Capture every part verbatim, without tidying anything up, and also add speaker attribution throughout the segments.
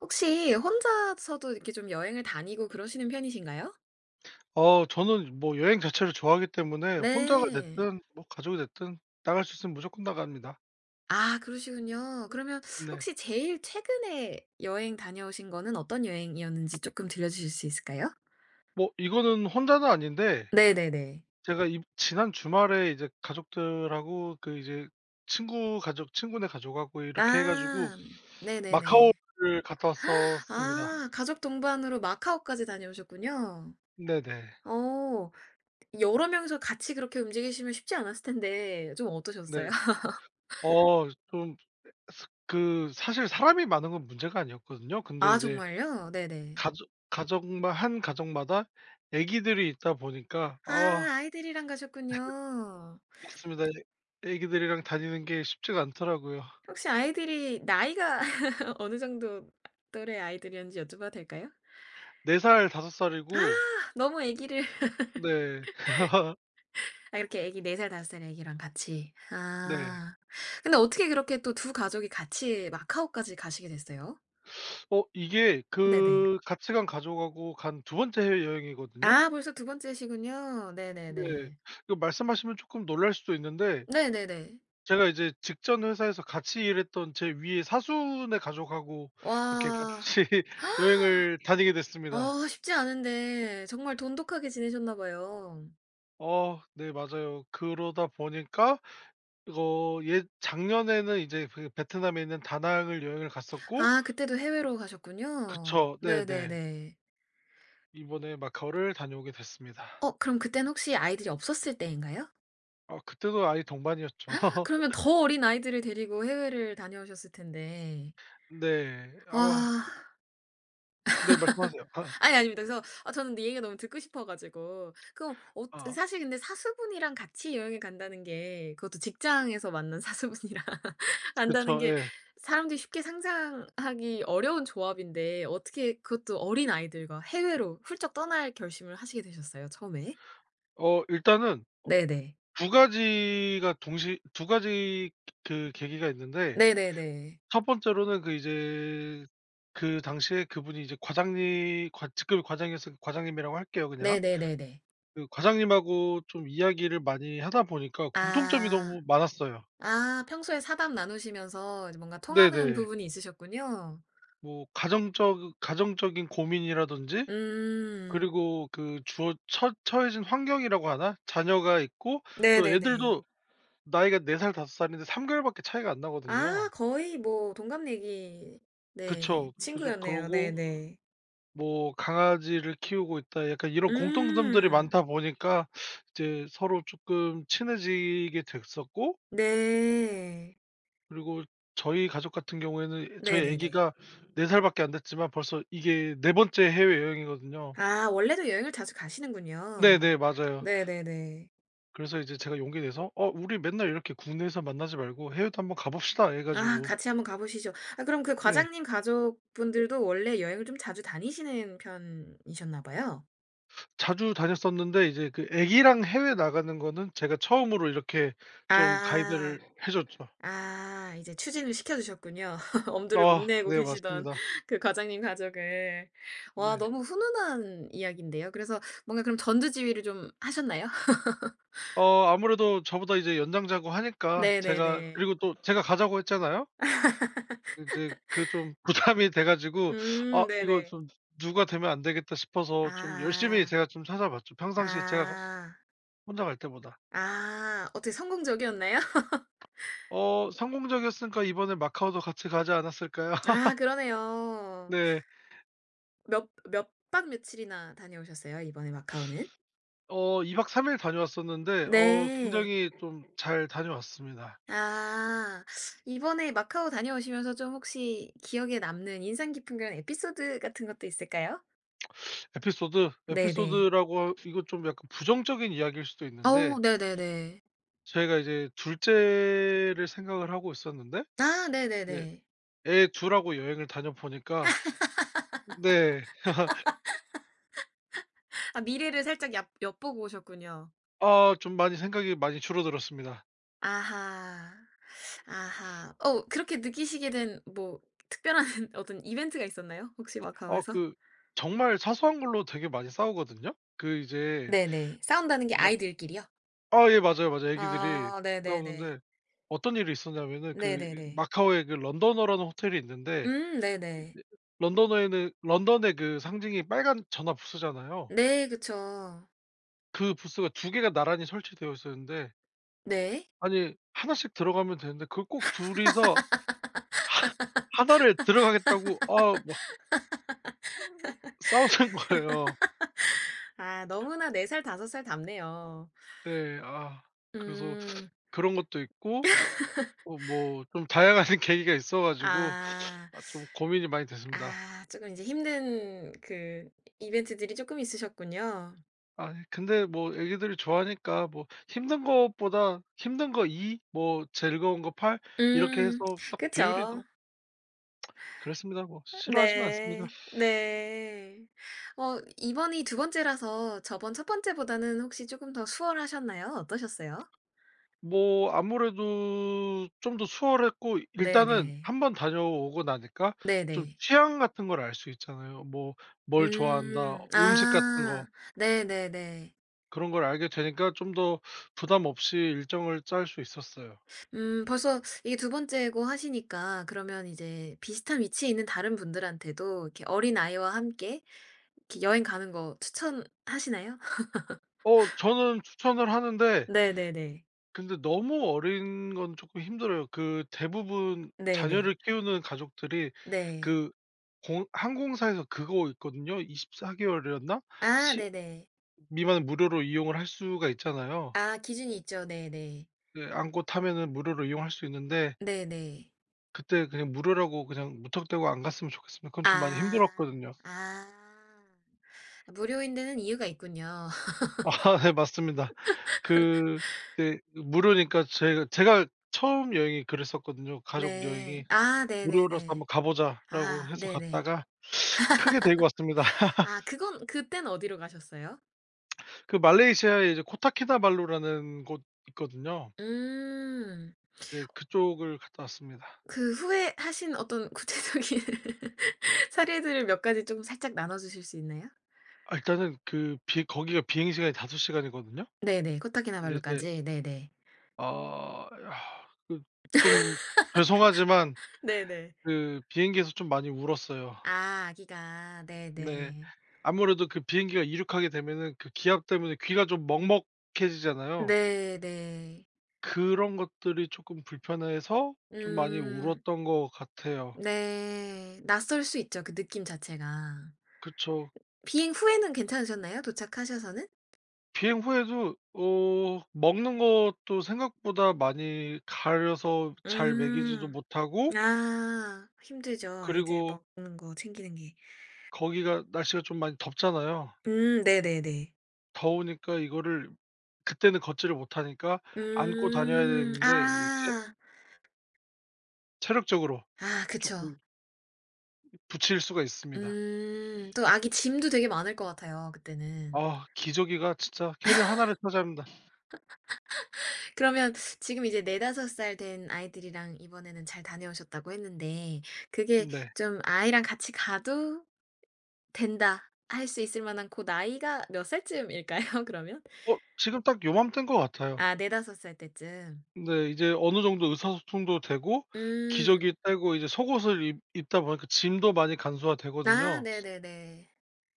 Speaker 1: 혹시 혼자서도 이렇게 좀 여행을 다니고 그러시는 편이신가요?
Speaker 2: 어 저는 뭐 여행 자체를 좋아하기 때문에 혼자가
Speaker 1: 네.
Speaker 2: 됐든 뭐 가족이 됐든 나갈 수 있으면 무조건 나갑니다.
Speaker 1: 아 그러시군요. 그러면
Speaker 2: 네.
Speaker 1: 혹시 제일 최근에 여행 다녀오신 거는 어떤 여행이었는지 조금 들려주실 수 있을까요?
Speaker 2: 뭐 이거는 혼자는 아닌데
Speaker 1: 네네네.
Speaker 2: 제가 이 지난 주말에 이제 가족들하고 그 이제 친구 가족 친구네 가족하고 이렇게 해 가지고
Speaker 1: 아. 네네네.
Speaker 2: 마카오를 갔다 왔었습니다.
Speaker 1: 아 가족 동반으로 마카오까지 다녀오셨군요.
Speaker 2: 네네.
Speaker 1: 어. 여러 명이서 같이 그렇게 움직이시면 쉽지 않았을 텐데 좀
Speaker 2: 네.
Speaker 1: 어떠셨어요?
Speaker 2: 어 좀 스 그 사실 사람이 많은 건 문제가 아니었거든요. 근데
Speaker 1: 아
Speaker 2: 이제
Speaker 1: 정말요? 네네.
Speaker 2: 가족 가족만한 가족마다 아기들이 있다 보니까
Speaker 1: 아
Speaker 2: 아
Speaker 1: 아이들이랑 가셨군요.
Speaker 2: 맞습니다. 애 애기들이랑 다니는 게 쉽지가 않더라고요.
Speaker 1: 혹시 아이들이 나이가 어느 정도 또래 아이들이었는지 여쭤봐도 될까요?
Speaker 2: 네 살, 다섯
Speaker 1: 아
Speaker 2: 살이고
Speaker 1: 너무 아기를
Speaker 2: 네.
Speaker 1: 아 이렇게 아기 네 살 다섯 살 아기랑 같이.
Speaker 2: 네.
Speaker 1: 아. 근데 어떻게 그렇게 또 두 가족이 같이 마카오까지 가시게 됐어요?
Speaker 2: 어 이게
Speaker 1: 네네.
Speaker 2: 그 같이 간 가족하고 간 두 번째 해외여행이거든요.
Speaker 1: 아 벌써 두 번째시군요.
Speaker 2: 네.
Speaker 1: 네네네.
Speaker 2: 이거 말씀하시면 쪼끔 놀랄 수도 있는데
Speaker 1: 네네네.
Speaker 2: 제가 이제 직전 회사에서 같이 일했던 제 위의 사수네 가족하고 이렇게 같이
Speaker 1: 와.
Speaker 2: 여행을 다니게 됐습니다.
Speaker 1: 어 쉽지 않은데 정말 돈독하게 지내셨나 봐요.
Speaker 2: 어 네 맞아요. 그러다 보니까 이거 예, 작년에는 이제 그 베트남에 있는 다낭을 여행을 갔었고
Speaker 1: 아 그때도 해외로 가셨군요.
Speaker 2: 그쵸. 네네.
Speaker 1: 네네네.
Speaker 2: 이번에 마카오를 다녀오게 됐습니다.
Speaker 1: 어 그럼 그때는 혹시 아이들이 없었을 때인가요?
Speaker 2: 아 그때도 아이 동반이었죠.
Speaker 1: 그러면 더 어린 아이들을 데리고 해외를 다녀오셨을 텐데.
Speaker 2: 네. 아
Speaker 1: 와.
Speaker 2: 네 말씀하세요. 아
Speaker 1: 아니 아닙니다. 그래서 아 저는 이 얘기가 너무 듣고 싶어 가지고. 그럼 어
Speaker 2: 아
Speaker 1: 사실 근데 사수분이랑 같이 여행을 간다는 게 그것도 직장에서 만난 사수분이랑 간다는
Speaker 2: 그쵸.
Speaker 1: 게
Speaker 2: 예.
Speaker 1: 사람들이 쉽게 상상하기 어려운 조합인데 어떻게 그것도 어린 아이들과 해외로 훌쩍 떠날 결심을 하시게 되셨어요 처음에?
Speaker 2: 어 일단은
Speaker 1: 네네.
Speaker 2: 두 가지가 동시 두 가지 그 계기가 있는데
Speaker 1: 네네네.
Speaker 2: 첫 번째로는 그 이제 그 당시에 그분이 이제 과장님 과 직급이 과장이었으니까 과장님이라고 할게요 그냥.
Speaker 1: 네네네네.
Speaker 2: 그 과장님하고 좀 이야기를 많이 하다 보니까 공통점이
Speaker 1: 아.
Speaker 2: 너무 많았어요.
Speaker 1: 아 평소에 사담 나누시면서 이제 뭔가 통하는
Speaker 2: 네네.
Speaker 1: 부분이 있으셨군요.
Speaker 2: 뭐 가정적 가정적인 고민이라든지
Speaker 1: 음.
Speaker 2: 그리고 그 주어 처 처해진 환경이라고 하나? 자녀가 있고 또
Speaker 1: 네네네.
Speaker 2: 애들도 나이가 네 살 다섯 살인데 삼 개월밖에 차이가 안
Speaker 1: 아
Speaker 2: 나거든요.
Speaker 1: 거의 뭐 동갑내기 네.
Speaker 2: 그쵸. 그죠.
Speaker 1: 친구였네요.
Speaker 2: 그러고
Speaker 1: 네네.
Speaker 2: 뭐 강아지를 키우고 있다 약간 이런 공통점들이
Speaker 1: 음.
Speaker 2: 많다 보니까 이제 서로 조금 친해지게 됐었고,
Speaker 1: 네.
Speaker 2: 그리고 저희 가족 같은 경우에는 저희
Speaker 1: 네네네.
Speaker 2: 애기가 네 살밖에 안 됐지만 벌써 이게 네 번째 해외여행이거든요.
Speaker 1: 아 원래도 여행을 자주 가시는군요.
Speaker 2: 네네. 맞아요.
Speaker 1: 네네네.
Speaker 2: 그래서 이제 제가 용기 내서 "어 우리 맨날 이렇게 국내에서 만나지 말고 해외도 한번 가 봅시다." 해
Speaker 1: 아
Speaker 2: 가지고
Speaker 1: 같이 한번 가 보시죠. 아 그럼 그
Speaker 2: 예,
Speaker 1: 과장님 가족분들도 원래 여행을 좀 자주 다니시는 편이셨나 봐요.
Speaker 2: 자주 다녔었는데 이제 그 애기랑 해외 나가는 거는 제가 처음으로 이렇게 좀
Speaker 1: 아.
Speaker 2: 가이드를 해 줬죠.
Speaker 1: 아 이제 추진을 시켜 주셨군요. 엄두를 못
Speaker 2: 아
Speaker 1: 내고
Speaker 2: 네
Speaker 1: 계시던
Speaker 2: 맞습니다.
Speaker 1: 그 과장님 가족을. 와
Speaker 2: 네.
Speaker 1: 너무 훈훈한 이야기인데요. 그래서 뭔가 그럼 전두지휘를 좀 하셨나요?
Speaker 2: 어 아무래도 저보다 이제 연장자고 하니까 제가
Speaker 1: 네네네.
Speaker 2: 그리고 또 제가 가자고 했잖아요. 이제 그 좀 부담이 돼 가지고 '아
Speaker 1: 음
Speaker 2: 이거
Speaker 1: 네네.
Speaker 2: 좀 누가 되면 안 되겠다.' 싶어서 좀 열심히
Speaker 1: 아.
Speaker 2: 제가 좀 찾아봤죠, 평상시에 제가
Speaker 1: 아.
Speaker 2: 혼자 갈 때보다.
Speaker 1: 아. 어떻게 성공적이었나요?
Speaker 2: 어 성공적이었으니까 이번에 마카오도 같이 가지 않았을까요?
Speaker 1: 아 그러네요.
Speaker 2: 네.
Speaker 1: 몇 몇박 며칠이나 다녀오셨어요? 이번에 마카오는?
Speaker 2: 어 이 박삼 일 다녀왔었는데 어
Speaker 1: 네.
Speaker 2: 굉장히 좀 잘 다녀왔습니다.
Speaker 1: 아. 이번에 마카오 다녀오시면서 좀 혹시 기억에 남는 인상 깊은 그런 에피소드 같은 것도 있을까요?
Speaker 2: 에피소드?
Speaker 1: 네네.
Speaker 2: 에피소드라고 이거 좀 약간 부정적인 이야기일 수도
Speaker 1: 어
Speaker 2: 있는데
Speaker 1: 네네네.
Speaker 2: 저희가 이제 둘째를 생각을 하고 있었는데
Speaker 1: 아
Speaker 2: 이제
Speaker 1: 네네네.
Speaker 2: 애둘 하고 여행을 다녀보니까 네.
Speaker 1: 아 미래를 살짝 얕 엿보고 오셨군요.
Speaker 2: 아 좀 많이 생각이 많이 줄어들었습니다.
Speaker 1: 아하. 아하. 어 그렇게 느끼시게 된 뭐 특별한 어떤 이벤트가 있었나요? 혹시
Speaker 2: 어
Speaker 1: 마카오에서?
Speaker 2: 그 정말 사소한 걸로 되게 많이 싸우거든요. 그 이제
Speaker 1: 네네. 싸운다는 게
Speaker 2: 막
Speaker 1: 아이들끼리요?
Speaker 2: 아 예 맞아요, 맞아요. 애기들이
Speaker 1: 아
Speaker 2: 싸우
Speaker 1: 네네네.
Speaker 2: 오는데 어떤 일이 있었냐면은 그 이
Speaker 1: 네네네.
Speaker 2: 마카오에 그 런던어라는 호텔이 있는데
Speaker 1: 음 네네.
Speaker 2: 이제 런던어에는 런던의 그 상징이 빨간 전화 부스잖아요.
Speaker 1: 네 그쵸.
Speaker 2: 그 부스가 두 개가 나란히 설치되어 있었는데
Speaker 1: 네.
Speaker 2: 아니 하나씩 들어가면 되는데 그걸 꼭 둘이서 하 하나를 들어가겠다고 아 막 싸우는 거예요.
Speaker 1: 아 너무나 네 살 다섯 살 답네요.
Speaker 2: 네. 아 그래서
Speaker 1: 음.
Speaker 2: 그런 것도 있고 어 뭐 좀 다양한 계기가 있어 가지고
Speaker 1: 아.
Speaker 2: 아 좀 고민이 많이 됐습니다.
Speaker 1: 아 조금 이제 힘든 그 이벤트들이 조금 있으셨군요.
Speaker 2: 아니 근데 뭐 애기들이 좋아하니까 뭐 힘든 것보다 힘든 거 이 뭐 즐거운 거 팔 이렇게
Speaker 1: 음.
Speaker 2: 해서 딱 비율이
Speaker 1: 그쵸.
Speaker 2: 또 그렇습니다. 뭐 싫어하지는 않습니다.
Speaker 1: 네. 네. 어 이번이 두 번째라서 저번 첫 번째보다는 혹시 조금 더 수월하셨나요? 어떠셨어요?
Speaker 2: 뭐 아무래도 좀 더 수월했고 일단은
Speaker 1: 네네.
Speaker 2: 한번 다녀오고 나니까 좀
Speaker 1: 네네.
Speaker 2: 취향 같은 걸 알 수 있잖아요. 뭐 뭘 좋아한다,
Speaker 1: 음.
Speaker 2: 음식 같은
Speaker 1: 아.
Speaker 2: 거
Speaker 1: 네네네.
Speaker 2: 그런 걸 알게 되니까 좀 더 부담 없이 일정을 짤 수 있었어요.
Speaker 1: 음 벌써 이게 두 번째고 하시니까 그러면 이제 비슷한 위치에 있는 다른 분들한테도 이렇게 어린아이와 함께 이렇게 여행 가는 거 추천하시나요?
Speaker 2: 어 저는 추천을 하는데
Speaker 1: 네네네.
Speaker 2: 근데 너무 어린 건 조금 힘들어요. 그 대부분
Speaker 1: 네네.
Speaker 2: 자녀를 키우는 가족들이
Speaker 1: 네.
Speaker 2: 그 공 항공사에서 그거 있거든요. 이십사 개월이었나?
Speaker 1: 아
Speaker 2: 시
Speaker 1: 네네.
Speaker 2: 미만은 무료로 이용을 할 수가 있잖아요.
Speaker 1: 아 기준이 있죠. 네네.
Speaker 2: 네 안고 타면은 무료로 이용할 수 있는데
Speaker 1: 네네.
Speaker 2: 그때 그냥 무료라고 그냥 무턱대고 안 갔으면 좋겠습니다. 그건 좀 많이
Speaker 1: 아.
Speaker 2: 힘들었거든요.
Speaker 1: 아. 무료인 데는 이유가 있군요.
Speaker 2: 아 네 맞습니다. 그 이제 무료니까 제가 제가 처음 여행이 그랬었거든요, 가족
Speaker 1: 네.
Speaker 2: 여행이.
Speaker 1: 아
Speaker 2: 무료라서
Speaker 1: 네네네.
Speaker 2: 한번 가 보자.'라고
Speaker 1: 아
Speaker 2: 해서
Speaker 1: 네네.
Speaker 2: 갔다가 크게 데리고 왔습니다.
Speaker 1: 아 그건 그땐 어디로 가셨어요?
Speaker 2: 그 말레이시아에 이제 코타키나발루라는 곳 있거든요.
Speaker 1: 음.
Speaker 2: 이제 그쪽을 갔다 왔습니다.
Speaker 1: 그 후회하신 어떤 구체적인 사례들을 몇 가지 좀 살짝 나눠 주실 수 있나요?
Speaker 2: 아 일단은 그 비 거기가 비행 시간이 다섯 시간이거든요.
Speaker 1: 네네.
Speaker 2: 근데 이제
Speaker 1: 코타키나발루까지. 네네.
Speaker 2: 아 야, 그 좀 죄송하지만
Speaker 1: 네네.
Speaker 2: 그 비행기에서 좀 많이 울었어요.
Speaker 1: 아 아기가.
Speaker 2: 네.
Speaker 1: 네네.
Speaker 2: 아무래도 그 비행기가 이륙하게 되면은 그 기압 때문에 귀가 좀 먹먹해지잖아요.
Speaker 1: 네네.
Speaker 2: 그런 것들이 조금 불편해서 좀 많이
Speaker 1: 음.
Speaker 2: 울었던 것 같아요.
Speaker 1: 네. 낯설 수 있죠, 그 느낌 자체가.
Speaker 2: 그쵸.
Speaker 1: 비행 후에는 괜찮으셨나요? 도착하셔서는?
Speaker 2: 비행 후에도 어 먹는 것도 생각보다 많이 가려서 잘 먹이지도
Speaker 1: 음.
Speaker 2: 못하고
Speaker 1: 아. 힘들죠. 애들
Speaker 2: 그리고
Speaker 1: 먹는 거 챙기는 게.
Speaker 2: 거기가 날씨가 좀 많이 덥잖아요.
Speaker 1: 음 네네네.
Speaker 2: 더우니까 이거를 그때는 걷지를 못하니까 안고 다녀야
Speaker 1: 음.
Speaker 2: 되는데 이 체
Speaker 1: 아.
Speaker 2: 체력적으로
Speaker 1: 아 그쵸.
Speaker 2: 조금 부칠 수가 있습니다.
Speaker 1: 음. 또 아기 짐도 되게 많을 것 같아요 그때는.
Speaker 2: 아 기저귀가 진짜 캐리어 하나를 차지합니다.
Speaker 1: 그러면 지금 이제 네다섯 살 된 아이들이랑 이번에는 잘 다녀오셨다고 했는데 그게
Speaker 2: 네.
Speaker 1: 좀 아이랑 같이 가도 된다 할 수 있을 만한 고 나이가 몇 살쯤일까요 그러면?
Speaker 2: 어 지금 딱 요맘때인 것 같아요.
Speaker 1: 아 네다섯 살 때쯤.
Speaker 2: 네. 이제 어느 정도 의사소통도 되고
Speaker 1: 음.
Speaker 2: 기저귀 떼고 이제 속옷을 입 입다 보니까 짐도 많이
Speaker 1: 아
Speaker 2: 간소화되거든요.
Speaker 1: 네네네.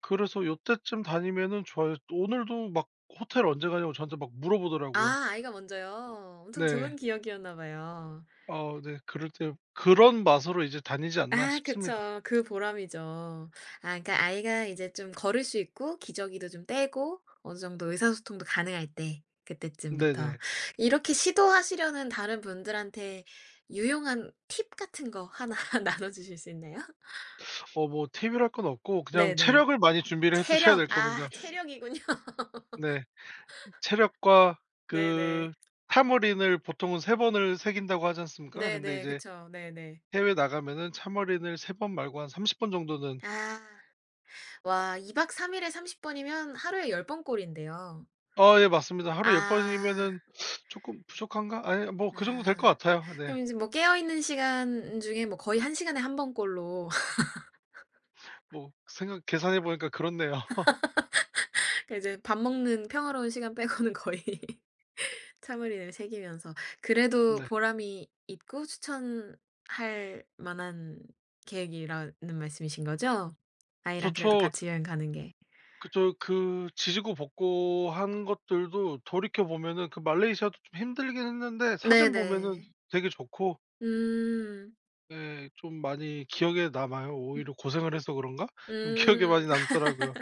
Speaker 2: 그래서 요때쯤 다니면은 좋아요. 오늘도 막 "호텔 언제 가냐."고 저한테 막 물어보더라고요.
Speaker 1: 아 아이가 먼저요? 엄청 좋은
Speaker 2: 네.
Speaker 1: 기억이었나 봐요.
Speaker 2: 어 네. 그럴 때 그런 맛으로 이제 다니지 않나
Speaker 1: 아
Speaker 2: 싶습니다.
Speaker 1: 그쵸. 그 보람이죠. 아 그러니까 아이가 이제 좀 걸을 수 있고 기저귀도 좀 떼고 어느 정도 의사소통도 가능할 때 그때쯤부터.
Speaker 2: 네네.
Speaker 1: 이렇게 시도하시려는 다른 분들한테 유용한 팁 같은 거 하나 나눠 주실 수 있나요?
Speaker 2: 어 뭐 팁이랄 건 없고 그냥
Speaker 1: 네네.
Speaker 2: 체력을 많이 준비를 해 두셔야
Speaker 1: 체력.
Speaker 2: 될 겁니다.
Speaker 1: 아 체력이군요.
Speaker 2: 네. 체력과
Speaker 1: 네네.
Speaker 2: 그 타무린을 보통은 세 번을 새긴다고 하지 않습니까? 근데
Speaker 1: 네네.
Speaker 2: 이제
Speaker 1: 그쵸. 네네.
Speaker 2: 해외 나가면은 참어린을 세 번 말고 한 서른 번 정도는
Speaker 1: 아. 와 이 박 삼 일에 삼십 번이면 하루에 열 번 꼴인데요.
Speaker 2: 아 예 맞습니다. 하루 열
Speaker 1: 아.
Speaker 2: 번이면은 쪼끔 부족한가? 아니 뭐 그 정도 될 것
Speaker 1: 아.
Speaker 2: 같아요. 네.
Speaker 1: 그럼 이제 뭐 깨어 있는 시간 중에 뭐 거의 한 시간에 한 번꼴로
Speaker 2: 뭐 생각 계산해 보니까 그렇네요.
Speaker 1: 그러니까 이제 밥 먹는 평화로운 시간 빼고는 거의 참을인을 새기면서 그래도
Speaker 2: 네.
Speaker 1: 보람이 있고 추천할 만한 계획이라는 말씀이신 거죠? 아이랑 그래도
Speaker 2: 좋죠.
Speaker 1: 같이 여행 가는 게.
Speaker 2: 그 저 그 지지고 볶고 한 것들도 돌이켜 보면은 그 말레이시아도 좀 힘들긴 했는데 사진 보면은
Speaker 1: 네네.
Speaker 2: 되게 좋고
Speaker 1: 음.
Speaker 2: 예 좀 많이 기억에 남아요.
Speaker 1: 음.
Speaker 2: 오히려 고생을 해서 그런가? 좀 기억에
Speaker 1: 음.
Speaker 2: 많이 남더라고요.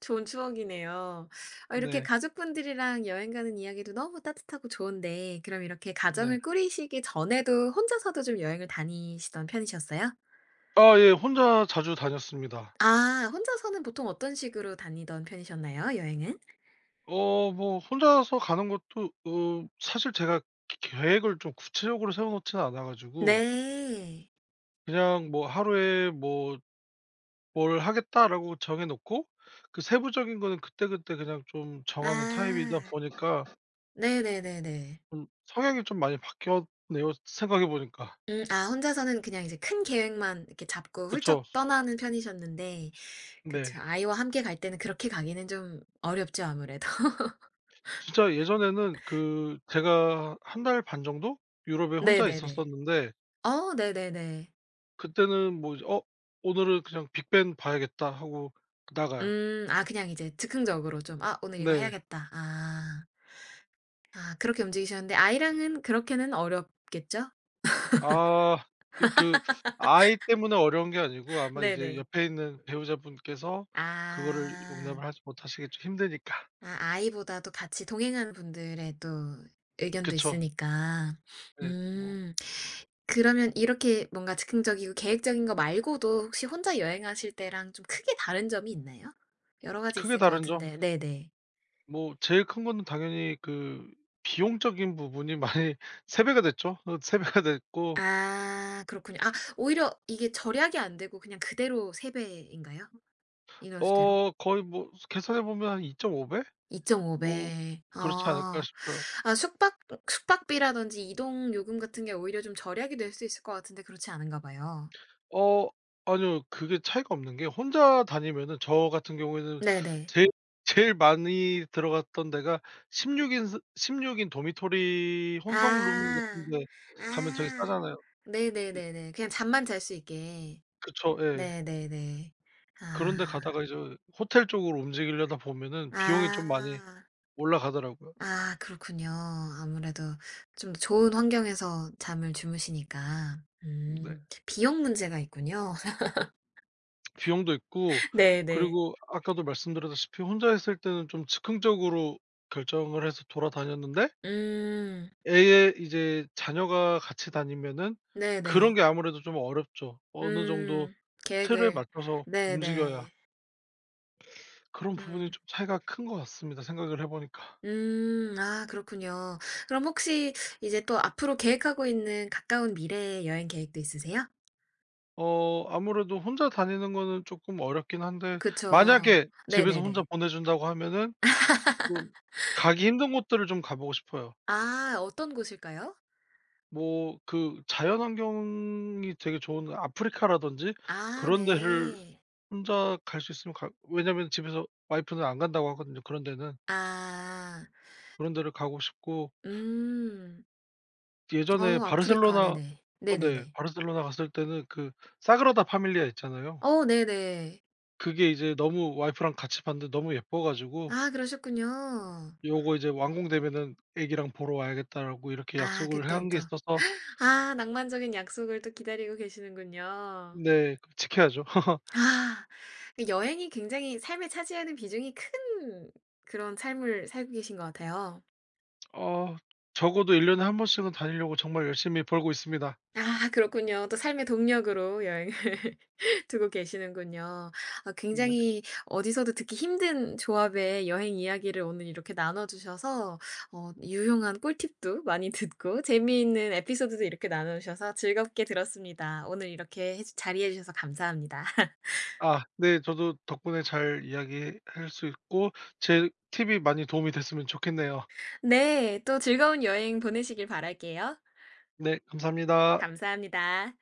Speaker 1: 좋은 추억이네요. 아 이렇게
Speaker 2: 네.
Speaker 1: 가족분들이랑 여행 가는 이야기도 너무 따뜻하고 좋은데 그럼 이렇게
Speaker 2: 네.
Speaker 1: 가정을 꾸리시기 전에도 혼자서도 좀 여행을 다니시던 편이셨어요?
Speaker 2: 아 예. 혼자 자주 다녔습니다.
Speaker 1: 아 혼자서는 보통 어떤 식으로 다니던 편이셨나요, 여행은?
Speaker 2: 어 뭐 혼자서 가는 것도 어 사실 제가 계획을 좀 구체적으로 세워 놓지는 않아 가지고
Speaker 1: 네.
Speaker 2: 그냥 뭐 하루에 뭐 '뭘 하겠다.'라고 정해 놓고 그 세부적인 거는 그때그때 그냥 좀 정하는 타입이다
Speaker 1: 아.
Speaker 2: 보니까
Speaker 1: 네네네네.
Speaker 2: 좀 성향이 좀 많이 바뀌었네요 생각해 보니까.
Speaker 1: 음 아 혼자서는 그냥 이제 큰 계획만 이렇게 잡고 훌쩍
Speaker 2: 그쵸.
Speaker 1: 떠나는 편이셨는데
Speaker 2: 네.
Speaker 1: 그쵸. 아이와 함께 갈 때는 그렇게 가기는 좀 어렵죠, 아무래도.
Speaker 2: 진짜 예전에는 그 제가 한 달 반 정도 유럽에 혼자
Speaker 1: 네네네.
Speaker 2: 있었었는데
Speaker 1: 어 네네네.
Speaker 2: 그때는 뭐 이제 '어 오늘은 그냥 빅벤 봐야겠다.' 하고 나가요.
Speaker 1: 음. 아 그냥 이제 즉흥적으로 좀 '아 오늘 이거
Speaker 2: 네.
Speaker 1: 해야겠다.' 아. 아 그렇게 움직이셨는데 아이랑은 그렇게는 어렵겠죠?
Speaker 2: 아. 그 그 아이 때문에 어려운 게 아니고 아마 이제
Speaker 1: 네네.
Speaker 2: 옆에 있는 배우자분께서 그거를
Speaker 1: 아.
Speaker 2: 용납을 하지 못하시겠죠, 힘드니까.
Speaker 1: 아 아이보다도 같이 동행하는 분들의 또 의견도
Speaker 2: 그쵸.
Speaker 1: 있으니까.
Speaker 2: 네. 뭐
Speaker 1: 음. 그러면 이렇게 뭔가 즉흥적이고 계획적인 거 말고도 혹시 혼자 여행하실 때랑 좀 크게 다른 점이 있나요? 여러 가지
Speaker 2: 크게
Speaker 1: 있을 것
Speaker 2: 다른 점
Speaker 1: 같은데 네네.
Speaker 2: 뭐 제일 큰 거는 당연히 그 비용적인 부분이 많이 세 배가 됐죠. 어 세 배가 됐고
Speaker 1: 아 그렇군요. 아 오히려 이게 절약이 안 되고 그냥 그대로 세배인가요? 이원수 대로
Speaker 2: 어 거의 뭐 계산해 보면 한 이 점 오 배?
Speaker 1: 이 점 오
Speaker 2: 뭐
Speaker 1: 배.
Speaker 2: 그렇지 않을까
Speaker 1: 아.
Speaker 2: 싶어요.
Speaker 1: 아 숙박 숙박비라든지 이동 요금 같은 게 오히려 좀 절약이 될 수 있을 것 같은데 그렇지 않은가 봐요.
Speaker 2: 어 아니요. 그게 차이가 없는 게 혼자 다니면은 저 같은 경우에는
Speaker 1: 네네.
Speaker 2: 제일 제일 많이 들어갔던 데가 십육 인 스일 인 도미토리 혼성 룸 같은
Speaker 1: 아.
Speaker 2: 데 가면 되게
Speaker 1: 아.
Speaker 2: 싸잖아요. 이
Speaker 1: 네네네네. 그냥 잠만 잘 수 있게.
Speaker 2: 그쵸. 예.
Speaker 1: 네네네. 아.
Speaker 2: 그런 데 가다가 이제 호텔 쪽으로 움직이려다 보면은 비용이 좀 많이
Speaker 1: 아.
Speaker 2: 올라가더라고요.
Speaker 1: 아 그렇군요. 아무래도 좀 좋은 환경에서 잠을 주무시니까.
Speaker 2: 네.
Speaker 1: 음. 비용 문제가 있군요.
Speaker 2: 비용도 있고
Speaker 1: 네네.
Speaker 2: 그리고 아까도 말씀드렸다시피 혼자 있을 때는 좀 즉흥적으로 결정을 해서 돌아다녔는데
Speaker 1: 음.
Speaker 2: 애의 이제 자녀가 같이 다니면은 그런
Speaker 1: 네네.
Speaker 2: 게 아무래도 좀 어렵죠. 어느 정도
Speaker 1: 음.
Speaker 2: 틀을
Speaker 1: 계획을.
Speaker 2: 맞춰서 움직여야
Speaker 1: 네네.
Speaker 2: 그런 부분이
Speaker 1: 음.
Speaker 2: 좀 차이가 큰 것 같습니다, 생각을 해 보니까.
Speaker 1: 음. 아 그렇군요. 그럼 혹시 이제 또 앞으로 계획하고 있는 가까운 미래의 여행 계획도 있으세요?
Speaker 2: 어 아무래도 혼자 다니는 거는 쪼끔 어렵긴 한데
Speaker 1: 그쵸.
Speaker 2: 만약에 집에서 혼자
Speaker 1: 네네네.
Speaker 2: 보내 준다고 하면은 쪼끔 가기 힘든 곳들을 좀 가 보고 싶어요.
Speaker 1: 아 어떤 곳일까요?
Speaker 2: 뭐 그 자연 환경이 되게 좋은 아프리카라든지
Speaker 1: 아
Speaker 2: 그런 데를
Speaker 1: 네.
Speaker 2: 혼자 갈 수 있으면 가 왜냐면 집에서 와이프는 안 간다고 하거든요, 그런 데는.
Speaker 1: 아.
Speaker 2: 그런 데를 가고 싶고
Speaker 1: 음. 어
Speaker 2: 예전에
Speaker 1: 아프리카
Speaker 2: 바르셀로나
Speaker 1: 네네.
Speaker 2: 어 네
Speaker 1: 네네네.
Speaker 2: 바르셀로나 갔을 때는 그 사그라다 파밀리아 있잖아요.
Speaker 1: 어 네네.
Speaker 2: 그게 이제 너무 와이프랑 같이 봤는데 너무 예뻐 가지고
Speaker 1: 아 그러셨군요.
Speaker 2: "요거 이제 완공되면은 애기랑 보러 와야겠다."라고 이렇게
Speaker 1: 아
Speaker 2: 약속을
Speaker 1: 그땐
Speaker 2: 한 게
Speaker 1: 또
Speaker 2: 있어서
Speaker 1: 아 낭만적인 약속을 또 기다리고 계시는군요.
Speaker 2: 네 그 지켜야죠.
Speaker 1: 아. 그 여행이 굉장히 삶에 차지하는 비중이 큰 그런 삶을 살고 계신 것 같아요.
Speaker 2: 어 적어도 일 년에 한 번씩은 다니려고 정말 열심히 벌고 있습니다.
Speaker 1: 아 그렇군요. 또 삶의 동력으로 여행을 두고 계시는군요. 아
Speaker 2: 네.
Speaker 1: 굉장히 어디서도 듣기 힘든 조합의 여행 이야기를 오늘 이렇게 나눠 주셔서 어 유용한 꿀팁도 많이 듣고 재미있는 에피소드도 이렇게 나눠 주셔서 즐겁게 들었습니다. 오늘 이렇게 해 자리해 주셔서 감사합니다.
Speaker 2: 아 네 저도 덕분에 잘 이야기할 수 있고 제 팁이 많이 도움이 됐으면 좋겠네요.
Speaker 1: 네. 또 즐거운 여행 보내시길 바랄게요.
Speaker 2: 네 감사합니다.
Speaker 1: 감사합니다.